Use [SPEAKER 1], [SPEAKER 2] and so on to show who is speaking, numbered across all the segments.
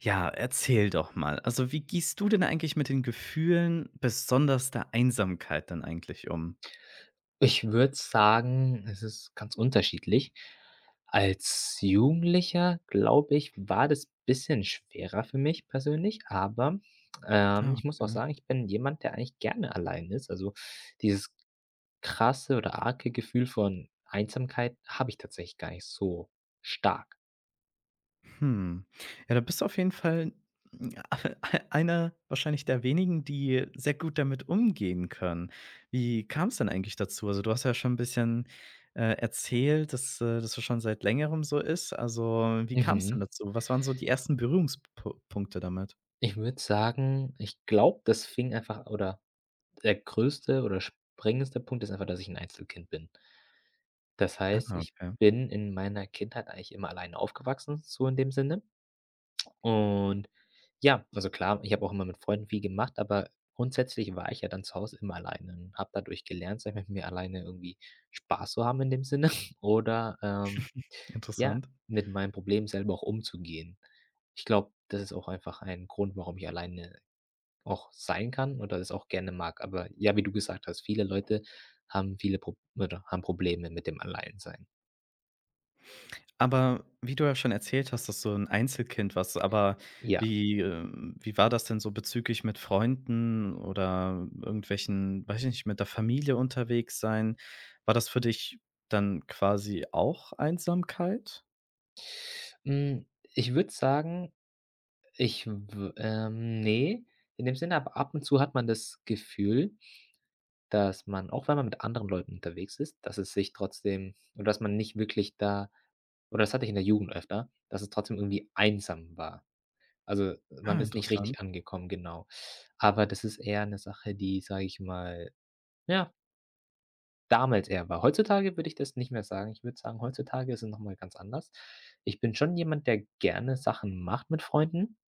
[SPEAKER 1] Ja, erzähl doch mal. Also, wie gehst du denn eigentlich mit den Gefühlen, besonders der Einsamkeit dann eigentlich um?
[SPEAKER 2] Ich würde sagen, es ist ganz unterschiedlich. Als Jugendlicher, glaube ich, war das bisschen schwerer für mich persönlich, aber,
[SPEAKER 1] Ah,
[SPEAKER 2] ich muss auch
[SPEAKER 1] okay.
[SPEAKER 2] sagen, ich bin jemand, der eigentlich gerne allein ist. Also, dieses krasse oder arge Gefühl von Einsamkeit habe ich tatsächlich gar nicht so stark.
[SPEAKER 1] Hm. Ja, da bist du auf jeden Fall, ja, einer wahrscheinlich der wenigen, die sehr gut damit umgehen können. Wie kam es denn eigentlich dazu? Also, du hast ja schon ein bisschen, erzählt, dass, das ja schon seit Längerem so ist. Also, wie kam es denn
[SPEAKER 2] Mhm.
[SPEAKER 1] dazu? Was waren so die ersten Berührungspunkte damit?
[SPEAKER 2] Ich würde sagen, ich glaube, das fing einfach oder der größte oder springendste Punkt ist einfach, dass ich ein Einzelkind bin. Das
[SPEAKER 1] Ah,
[SPEAKER 2] heißt, ich
[SPEAKER 1] okay.
[SPEAKER 2] bin in meiner Kindheit eigentlich immer alleine aufgewachsen, so in dem Sinne. Und ja, also klar, ich habe auch immer mit Freunden viel gemacht, aber grundsätzlich war ich ja dann zu Hause immer alleine und habe dadurch gelernt, sage ich mal, mit mir alleine irgendwie Spaß zu haben in dem Sinne oder, ja,
[SPEAKER 1] Interessant.
[SPEAKER 2] mit meinem Problem selber auch umzugehen. Ich glaube, das ist auch einfach ein Grund, warum ich alleine auch sein kann oder das auch gerne mag. Aber ja, wie du gesagt hast, viele Leute haben Probleme mit dem Alleinsein.
[SPEAKER 1] Aber wie du ja schon erzählt hast, dass du ein Einzelkind warst, aber
[SPEAKER 2] Ja.
[SPEAKER 1] wie war das denn so bezüglich mit Freunden oder irgendwelchen, weiß ich nicht, mit der Familie unterwegs sein? War das für dich dann quasi auch Einsamkeit?
[SPEAKER 2] Hm, ich würde sagen, ich w ne, in dem Sinne, aber ab und zu hat man das Gefühl, dass man, auch wenn man mit anderen Leuten unterwegs ist, dass es sich trotzdem oder dass man nicht wirklich da oder das hatte ich in der Jugend öfter, dass es trotzdem irgendwie einsam war. Also, man
[SPEAKER 1] Ah,
[SPEAKER 2] ist nicht
[SPEAKER 1] interessant.
[SPEAKER 2] richtig angekommen, genau. Aber das ist eher 'ne Sache, die, sage ich mal, ja, damals eher war. Heutzutage würde ich das nicht mehr sagen. Ich würde sagen, heutzutage ist es noch ganz anders. Ich bin schon jemand, der gerne Sachen macht mit Freunden,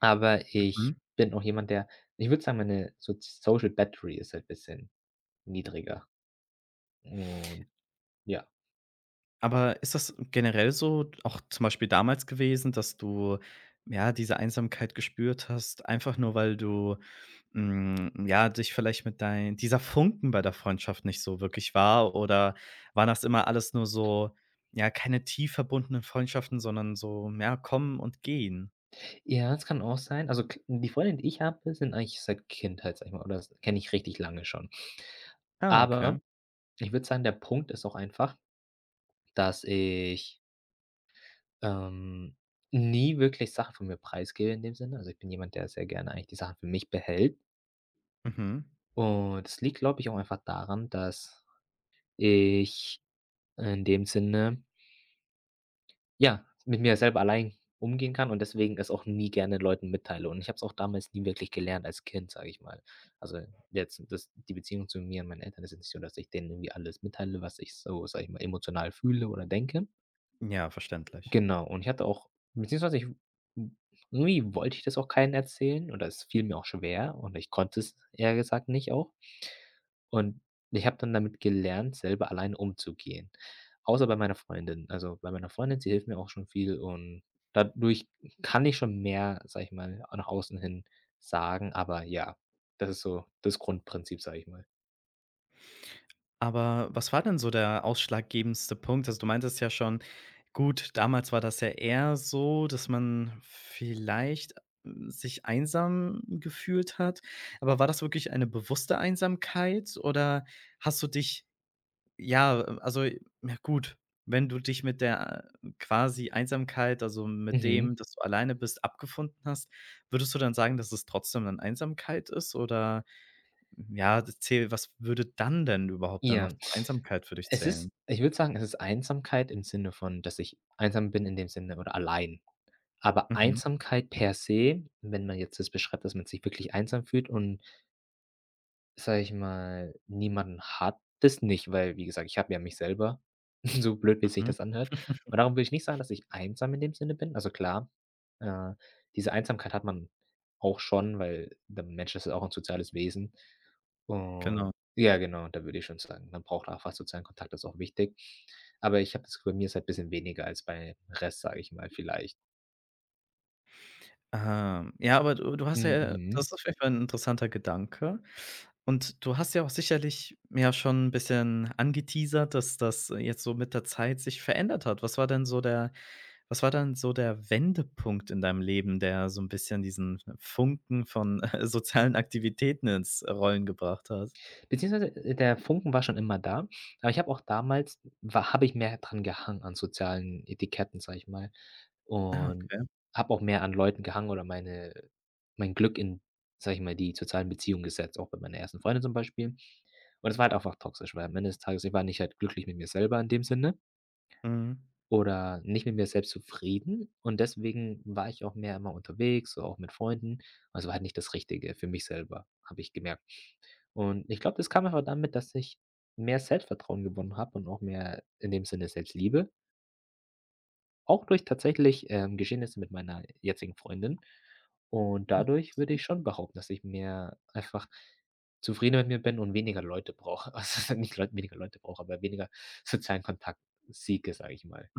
[SPEAKER 2] aber
[SPEAKER 1] Mhm.
[SPEAKER 2] ich bin auch jemand, der, ich würde sagen, meine soz Social Battery ist halt ein bisschen niedriger. Und ja.
[SPEAKER 1] Aber ist das generell so, auch zum Beispiel damals gewesen, dass du, ja, diese Einsamkeit gespürt hast, einfach nur, weil du, ja, dich vielleicht mit dein dieser Funken bei der Freundschaft nicht so wirklich war, oder war das immer alles nur so, ja, keine tief verbundenen Freundschaften, sondern so, ja, kommen und gehen?
[SPEAKER 2] Ja, das kann auch sein. Also, k die Freunde, die ich habe, sind eigentlich seit Kindheit, sage ich mal, oder kenne ich richtig lange schon.
[SPEAKER 1] Ah,
[SPEAKER 2] Aber
[SPEAKER 1] okay.
[SPEAKER 2] ich würde sagen, der Punkt ist auch einfach, dass ich Ähm, nie wirklich Sachen von mir preisgebe in dem Sinne. Also, ich bin jemand, der sehr gerne eigentlich die Sachen für mich behält.
[SPEAKER 1] Mhm.
[SPEAKER 2] Und das liegt, glaube ich, auch einfach daran, dass ich in dem Sinne, ja, mit mir selber allein umgehen kann und deswegen es auch nie gerne Leuten mitteile. Und ich habe es auch damals nie wirklich gelernt als Kind, sage ich mal. Also, jetzt, das die Beziehung zu mir und meinen Eltern ist jetzt nicht so, dass ich denen irgendwie alles mitteile, was ich so, sage ich mal, emotional fühle oder denke.
[SPEAKER 1] Ja, verständlich.
[SPEAKER 2] Genau, und ich hatte auch, beziehungsweise hm, irgendwie wollte ich das auch keinen erzählen oder es fiel mir auch schwer und ich konnte es eher gesagt nicht auch. Und ich habe dann damit gelernt, selber alleine umzugehen, außer bei meiner Freundin. Also, bei meiner Freundin, sie hilft mir auch schon viel und dadurch kann ich schon mehr, sage ich mal, nach außen hin sagen, aber ja, das ist so das Grundprinzip, sage ich mal.
[SPEAKER 1] Aber was war denn so der ausschlaggebendste Punkt? Also, du meintest ja schon, gut, damals war das ja eher so, dass man vielleicht, sich einsam gefühlt hat. Aber war das wirklich eine bewusste Einsamkeit, oder hast du dich, ja, also, ja, gut, wenn du dich mit der quasi Einsamkeit, also mit
[SPEAKER 2] Mhm.
[SPEAKER 1] dem, dass du alleine bist, abgefunden hast, würdest du dann sagen, dass es trotzdem dann Einsamkeit ist, oder, ja, das zäh was würde dann denn überhaupt dann noch
[SPEAKER 2] Ja.
[SPEAKER 1] zur Einsamkeit für dich
[SPEAKER 2] Es ist
[SPEAKER 1] zählen?
[SPEAKER 2] Ich würde sagen, es ist Einsamkeit im Sinne von, dass ich einsam bin in dem Sinne oder allein. Aber
[SPEAKER 1] Mhm,
[SPEAKER 2] Einsamkeit per se, wenn man jetzt das beschreibt, dass man sich wirklich einsam fühlt und, sage ich mal, niemanden hat, das nicht, weil, wie gesagt, ich habe ja mich selber, so blöd, wie sich
[SPEAKER 1] mhm.
[SPEAKER 2] das anhört. Und darum will ich nicht sagen, dass ich einsam in dem Sinne bin. Also klar, äh, diese Einsamkeit hat man auch schon, weil der Mensch ist ja auch ein soziales Wesen. Und
[SPEAKER 1] Genau.
[SPEAKER 2] ja, genau, da würde ich schon sagen, man braucht einfach sozialen Kontakt, das ist auch wichtig. Aber ich habe das Gefühl, bei mir ist halt ein bisschen weniger als beim Rest, sage ich mal, vielleicht.
[SPEAKER 1] Ah, ja, aber du hast
[SPEAKER 2] Mhm,
[SPEAKER 1] ja,
[SPEAKER 2] mhm.
[SPEAKER 1] das ist auf jeden Fall 'n interessanter Gedanke. Und du hast ja auch sicherlich ja schon 'n bisschen angeteasert, dass das jetzt so mit der Zeit sich verändert hat. Was war denn so der was war denn so der Wendepunkt in deinem Leben, der so 'n bisschen diesen Funken von sozialen Aktivitäten ins Rollen gebracht hat?
[SPEAKER 2] Beziehungsweise, der Funken war schon immer da, aber ich habe auch damals, war habe ich mehr dran gehangen an sozialen Etiketten, sage ich mal,
[SPEAKER 1] Ah,
[SPEAKER 2] und
[SPEAKER 1] okay.
[SPEAKER 2] habe auch mehr an Leuten gehangen oder mein Glück in, sage ich mal, die sozialen Beziehungen gesetzt, auch bei meiner ersten Freundin zum Beispiel. Und es war halt einfach toxisch, weil am Ende des Tages ich war nicht halt glücklich mit mir selber in dem Sinne
[SPEAKER 1] Mhm.
[SPEAKER 2] oder nicht mit mir selbst zufrieden und deswegen war ich auch mehr immer unterwegs, so auch mit Freunden. Also, war halt nicht das Richtige für mich selber, habe ich gemerkt. Und ich glaube, das kam einfach damit, dass ich mehr Selbstvertrauen gewonnen habe und auch mehr in dem Sinne Selbstliebe, auch durch tatsächlich, Geschehnisse mit meiner jetzigen Freundin. Und dadurch würde ich schon behaupten, dass ich mehr einfach zufriedener mit mir bin und weniger Leute brauche. Also, nicht Leut weniger Leute brauche, aber weniger sozialen Kontakt seeke, sage ich mal.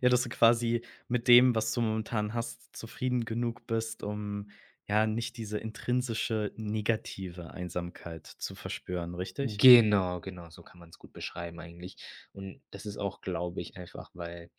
[SPEAKER 1] Ja, dass du quasi mit dem, was du momentan hast, zufrieden genug bist, um, ja, nicht diese intrinsische negative Einsamkeit zu verspüren, richtig?
[SPEAKER 2] Genau, genau, so kann man es gut beschreiben eigentlich. Und das ist auch, glaube ich, einfach, weil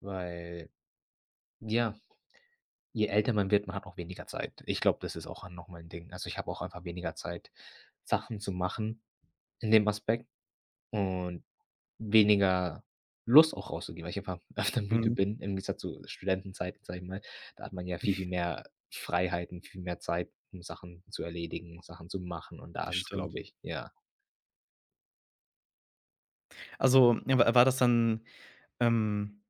[SPEAKER 2] weil ja, je älter man wird, man hat auch weniger Zeit. Ich glaube, das ist auch noch mal 'n Ding. Also, ich habe auch einfach weniger Zeit, Sachen zu machen in dem Aspekt und weniger Lust auch rauszugehen, weil ich einfach öfter müde
[SPEAKER 1] Mhm,
[SPEAKER 2] bin im Gegensatz zu Studentenzeiten, sage ich mal. Da hat man ja viel, viel mehr Freiheiten, viel mehr Zeit, um Sachen zu erledigen, Sachen zu machen und da
[SPEAKER 1] das
[SPEAKER 2] ist es,
[SPEAKER 1] stimmt.
[SPEAKER 2] glaube ich, ja.
[SPEAKER 1] Also, ja, wa war das dann, ähm,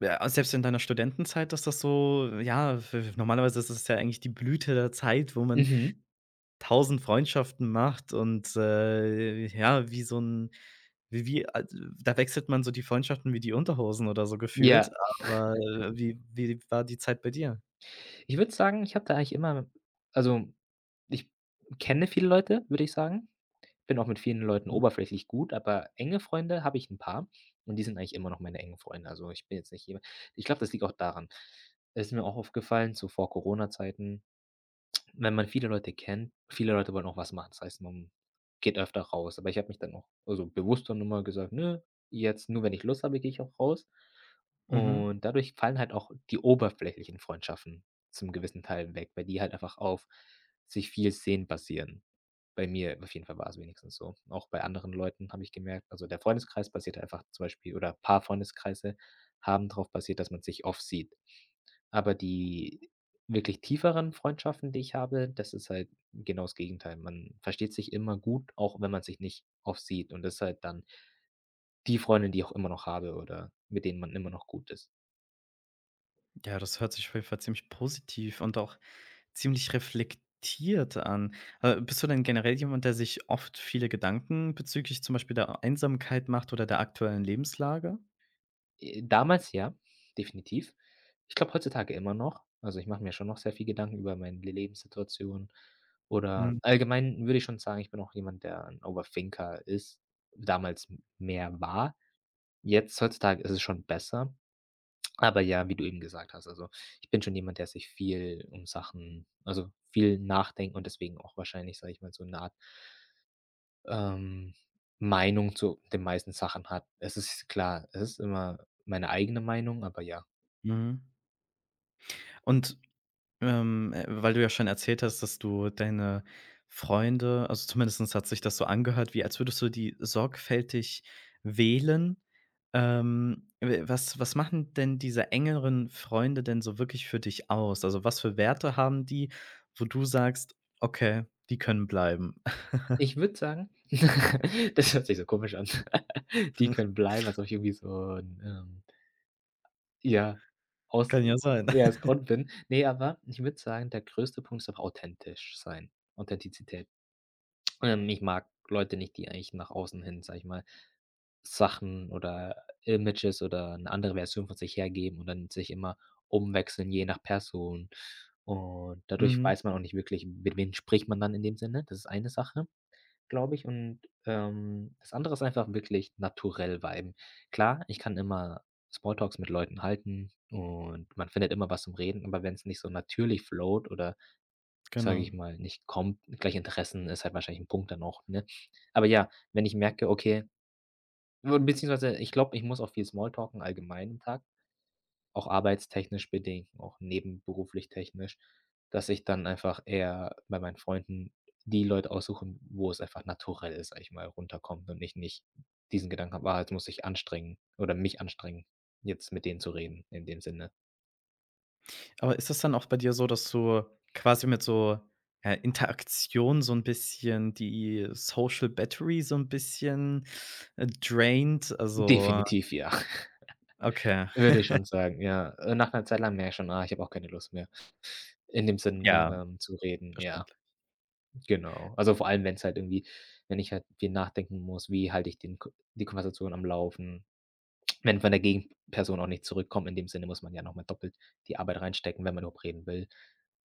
[SPEAKER 1] ja, selbst in deiner Studentenzeit, dass das so, ja, w normalerweise ist es ja eigentlich die Blüte der Zeit, wo man
[SPEAKER 2] Mhm.
[SPEAKER 1] Tausend Freundschaften macht und, ja, wie so ein wie wie al da wechselt man so die Freundschaften wie die Unterhosen oder so gefühlt,
[SPEAKER 2] Ja,
[SPEAKER 1] aber, wie war die Zeit bei dir?
[SPEAKER 2] ich würde sagen, ich habe da eigentlich immer, also, ich kenne viele Leute, würde ich sagen. Bin auch mit vielen Leuten oberflächlich gut, aber enge Freunde habe ich ein paar und die sind eigentlich immer noch meine engen Freunde. Also, ich bin jetzt nicht jemand, ich glaube, das liegt auch daran. Es ist mir auch aufgefallen, so vor Corona-Zeiten, wenn man viele Leute kennt, viele Leute wollen auch was machen. Das heißt, man geht öfter raus. Aber ich habe mich dann auch, also, bewusst dann immer gesagt: „Ne, jetzt nur wenn ich Lust habe, gehe ich auch raus."
[SPEAKER 1] Mhm.
[SPEAKER 2] Und dadurch fallen halt auch die oberflächlichen Freundschaften zum gewissen Teil weg, weil die halt einfach auf sich viel sehen basieren. Bei mir auf jeden Fall war es wenigstens so. Auch bei anderen Leuten habe ich gemerkt, also, der Freundeskreis basiert einfach zum Beispiel oder ein paar Freundeskreise haben darauf basiert, dass man sich oft sieht. Aber die wirklich tieferen Freundschaften, die ich habe, das ist halt genau das Gegenteil. Man versteht sich immer gut, auch wenn man sich nicht oft sieht und das ist halt dann die Freundin, die ich auch immer noch habe oder mit denen man immer noch gut ist.
[SPEAKER 1] Ja, das hört sich auf jeden Fall ziemlich positiv und auch ziemlich reflektiert an. Bist du denn generell jemand, der sich oft viele Gedanken bezüglich zum Beispiel der Einsamkeit macht oder der aktuellen Lebenslage?
[SPEAKER 2] Damals ja, definitiv. Ich glaube, heutzutage immer noch. Also, ich mache mir schon noch sehr viel Gedanken über meine Lebenssituation oder
[SPEAKER 1] Mhm.
[SPEAKER 2] allgemein würde ich schon sagen, ich bin auch jemand, der 'n Overthinker ist, damals m mehr war. Jetzt heutzutage ist es schon besser, aber ja, wie du eben gesagt hast, also, ich bin schon jemand, der sich viel um Sachen, also, viel nachdenkt und deswegen auch wahrscheinlich, sage ich mal, so 'ne Art, ähm, Meinung zu den meisten Sachen hat. Es ist klar, es ist immer meine eigene Meinung, aber ja.
[SPEAKER 1] Mhm. Und weil du ja schon erzählt hast, dass du deine Freunde, also zumindest hat sich das so angehört, wie als würdest du die sorgfältig wählen. W was was machen denn diese engeren Freunde denn so wirklich für dich aus? Also, was für Werte haben die, wo du sagst: „Okay, die können bleiben.“
[SPEAKER 2] Ich würde sagen, das hört sich so komisch an. Die können bleiben, als ob ich irgendwie so 'n, ja, aus
[SPEAKER 1] Kann ja sein.
[SPEAKER 2] ja, aus Grund bin. Ne, aber ich würde sagen, der größte Punkt ist doch authentisch sein, Authentizität. Ich mag Leute nicht, die eigentlich nach außen hin, sage ich mal, Sachen oder Images oder eine andere Version von sich hergeben und dann sich immer umwechseln, je nach Person. Und dadurch
[SPEAKER 1] Mhm,
[SPEAKER 2] weiß man auch nicht wirklich, mit wem spricht man dann in dem Sinne. Das ist eine Sache, glaube ich. Und, das andere ist einfach wirklich naturell bleiben. Klar, ich kann immer Smalltalks mit Leuten halten und man findet immer was zum Reden, aber wenn es nicht so natürlich float oder, sage
[SPEAKER 1] genau.
[SPEAKER 2] ich mal, nicht kommt gleich Interessen ist halt wahrscheinlich ein Punkt dann auch, ne? Aber ja, wenn ich merke, okay, beziehungsweise ich glaube, ich muss auch viel Smalltalken allgemein im Tag. Auch arbeitstechnisch bedingt, auch nebenberuflich technisch, dass ich dann einfach eher bei meinen Freunden die Leute aussuchen, wo es einfach naturell ist, sage ich mal, runterkommt und ich nicht diesen Gedanken habe: „Ah, jetzt muss ich anstrengen oder mich anstrengen, jetzt mit denen zu reden", in dem Sinne.
[SPEAKER 1] Aber ist das dann auch bei dir so, dass du quasi mit so, Interaktion, so ein bisschen die Social Battery so ein bisschen, drained? Also,
[SPEAKER 2] Definitiv ja,
[SPEAKER 1] okay,
[SPEAKER 2] würde ich schon sagen, ja. Nach einer Zeit lang merke ich schon: „Ah, ich habe auch keine Lust mehr", in dem Sinne,
[SPEAKER 1] ja,
[SPEAKER 2] zu reden, ja,
[SPEAKER 1] verständlich,
[SPEAKER 2] genau. Also, vor allem, wenn es halt irgendwie, wenn ich halt viel nachdenken muss, wie halte ich den Ko die Konversation am Laufen? Wenn von der Gegenperson auch nicht zurückkommt, in dem Sinne muss man ja nochmal doppelt die Arbeit reinstecken, wenn man überhaupt reden will.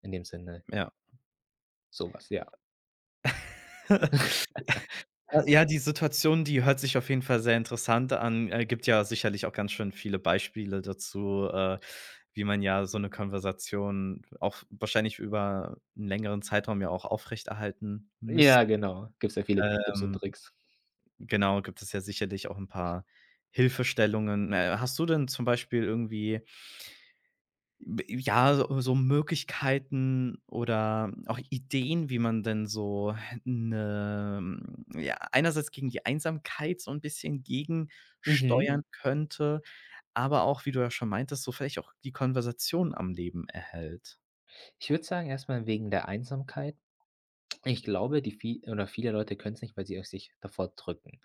[SPEAKER 2] In dem Sinne,
[SPEAKER 1] ja.
[SPEAKER 2] sowas, ja.
[SPEAKER 1] Ja, die Situation, die hört sich auf jeden Fall sehr interessant an, gibt ja sicherlich auch ganz schön viele Beispiele dazu, wie man ja so eine Konversation auch wahrscheinlich über einen längeren Zeitraum ja auch aufrechterhalten
[SPEAKER 2] Ja,
[SPEAKER 1] müsste.
[SPEAKER 2] genau. Gibt's ja viele Tipps und
[SPEAKER 1] Ähm
[SPEAKER 2] Tricks.
[SPEAKER 1] Genau, gibt es ja sicherlich auch ein paar Hilfestellungen. Hast du denn zum Beispiel irgendwie, b ja, so Möglichkeiten oder auch Ideen, wie man denn so 'ne, ja, einerseits gegen die Einsamkeit so ein bisschen, mhm,
[SPEAKER 2] Mhm.
[SPEAKER 1] gegensteuern könnte, aber auch, wie du ja schon meintest, so vielleicht auch die Konversation am Leben erhält.
[SPEAKER 2] Ich würde sagen, erstmal wegen der Einsamkeit. Ich glaube, die vie oder viele Leute können es nicht, weil sie auch sich davor drücken.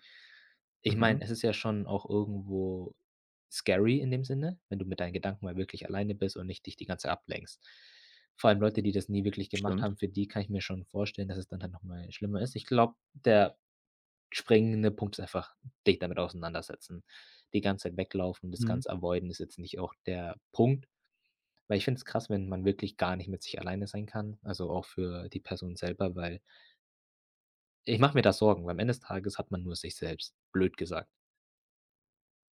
[SPEAKER 2] Ich
[SPEAKER 1] Mhm,
[SPEAKER 2] meine, es ist ja schon auch irgendwo scary in dem Sinne, wenn du mit deinen Gedanken mal wirklich alleine bist und nicht dich die ganze Zeit ablenkst. Vor allem Leute, die das nie wirklich gemacht
[SPEAKER 1] stimmt.
[SPEAKER 2] haben, für die kann ich mir schon vorstellen, dass es dann halt noch mal schlimmer ist. Ich glaube, der springende Punkt ist einfach, dich damit auseinandersetzen. Die ganze Zeit weglaufen, das
[SPEAKER 1] Mhm.
[SPEAKER 2] Ganze avoiden ist jetzt nicht auch der Punkt, weil ich finde es krass, wenn man wirklich gar nicht mit sich alleine sein kann, also auch für die Person selber, weil ich mache mir da Sorgen, weil am Ende des Tages hat man nur sich selbst, blöd gesagt.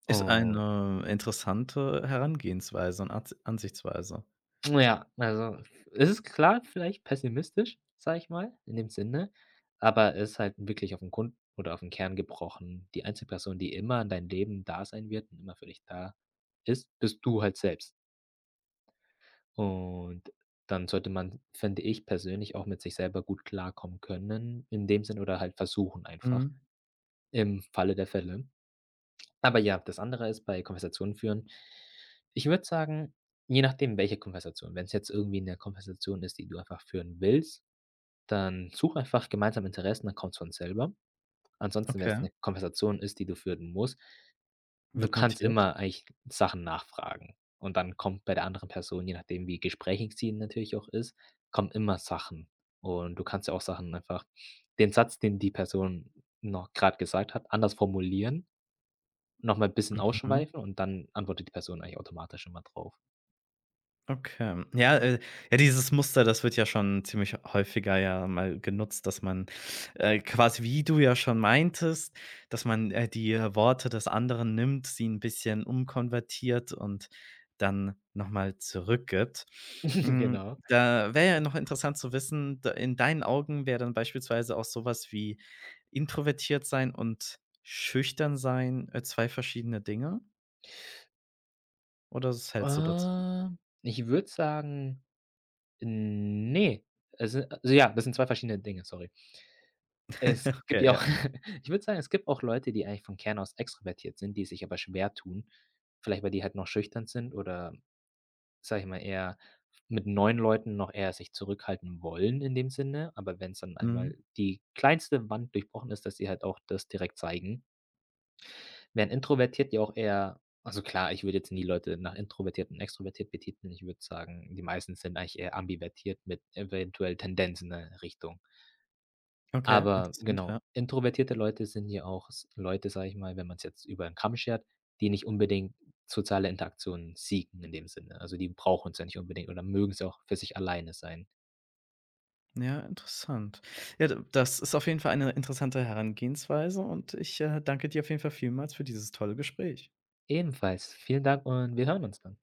[SPEAKER 1] Ist
[SPEAKER 2] Und
[SPEAKER 1] eine interessante Herangehensweise und Ats Ansichtsweise.
[SPEAKER 2] ja, also, es ist klar vielleicht pessimistisch, sage ich mal, in dem Sinne, aber es ist halt wirklich auf 'n Grund oder auf 'n Kern gebrochen. Die einzige Person, die immer in deinem Leben da sein wird und immer für dich da ist, bist du halt selbst. Und dann sollte man, finde ich persönlich, auch mit sich selber gut klarkommen können in dem Sinn oder halt versuchen einfach
[SPEAKER 1] Mhm,
[SPEAKER 2] im Falle der Fälle. Aber ja, das andere ist bei Konversationen führen, ich würde sagen, je nachdem, welche Konversation. Wenn es jetzt irgendwie eine Konversation ist, die du einfach führen willst, dann such einfach gemeinsam Interessen, dann kommt's von selber. Ansonsten, wenn es
[SPEAKER 1] okay.
[SPEAKER 2] eine Konversation ist, die du führen musst, du
[SPEAKER 1] Wird
[SPEAKER 2] kannst
[SPEAKER 1] notiert?
[SPEAKER 2] immer eigentlich Sachen nachfragen. Und dann kommt bei der anderen Person, je nachdem, wie gesprächig sie natürlich auch ist, kommen immer Sachen. Und du kannst ja auch Sachen einfach, den Satz, den die Person noch gerade gesagt hat, anders formulieren, noch mal bisschen
[SPEAKER 1] Mhm.
[SPEAKER 2] ausschweifen und dann antwortet die Person eigentlich automatisch immer drauf.
[SPEAKER 1] Okay. Ja, ja, dieses Muster, das wird ja schon ziemlich häufiger ja mal genutzt, dass man, quasi, wie du ja schon meintest, dass man, die Worte des anderen nimmt, sie ein bisschen umkonvertiert und dann nochmal zurückgibt. Hm,
[SPEAKER 2] Genau.
[SPEAKER 1] Da wäre ja noch interessant zu wissen, d in deinen Augen wäre dann beispielsweise auch sowas wie introvertiert sein und schüchtern sein, zwei verschiedene Dinge? Oder was hältst du dazu?
[SPEAKER 2] Ich würde sagen, nee, es, also ja, das sind 2 verschiedene Dinge, sorry. Es gibt
[SPEAKER 1] Okay,
[SPEAKER 2] ja
[SPEAKER 1] ja.
[SPEAKER 2] auch ich würde sagen, es gibt auch Leute, die eigentlich vom Kern aus extrovertiert sind, die sich aber schwer tun, vielleicht weil die halt noch schüchtern sind oder, sage ich mal, eher mit neuen Leuten noch eher sich zurückhalten wollen in dem Sinne, aber wenn es dann
[SPEAKER 1] Mhm.
[SPEAKER 2] einmal die kleinste Wand durchbrochen ist, dass sie halt auch das direkt zeigen. Wären introvertiert ja auch eher, also klar, ich würde jetzt nie Leute nach introvertiert und extrovertiert betiteln. Ich würde sagen, die meisten sind eigentlich eher ambivertiert mit eventuell Tendenz in 'ne Richtung.
[SPEAKER 1] Okay,
[SPEAKER 2] Aber
[SPEAKER 1] interessant, ja.
[SPEAKER 2] genau, introvertierte Leute sind ja auch s Leute, sage ich mal, wenn man es jetzt über 'n Kamm schert, die nicht unbedingt soziale Interaktionen siegen in dem Sinne. Also, die brauchen es ja nicht unbedingt oder mögen es auch für sich alleine sein.
[SPEAKER 1] Ja, interessant. Ja, d das ist auf jeden Fall eine interessante Herangehensweise und ich, danke dir auf jeden Fall vielmals für dieses tolle Gespräch.
[SPEAKER 2] Ebenfalls vielen Dank und wir hören uns dann.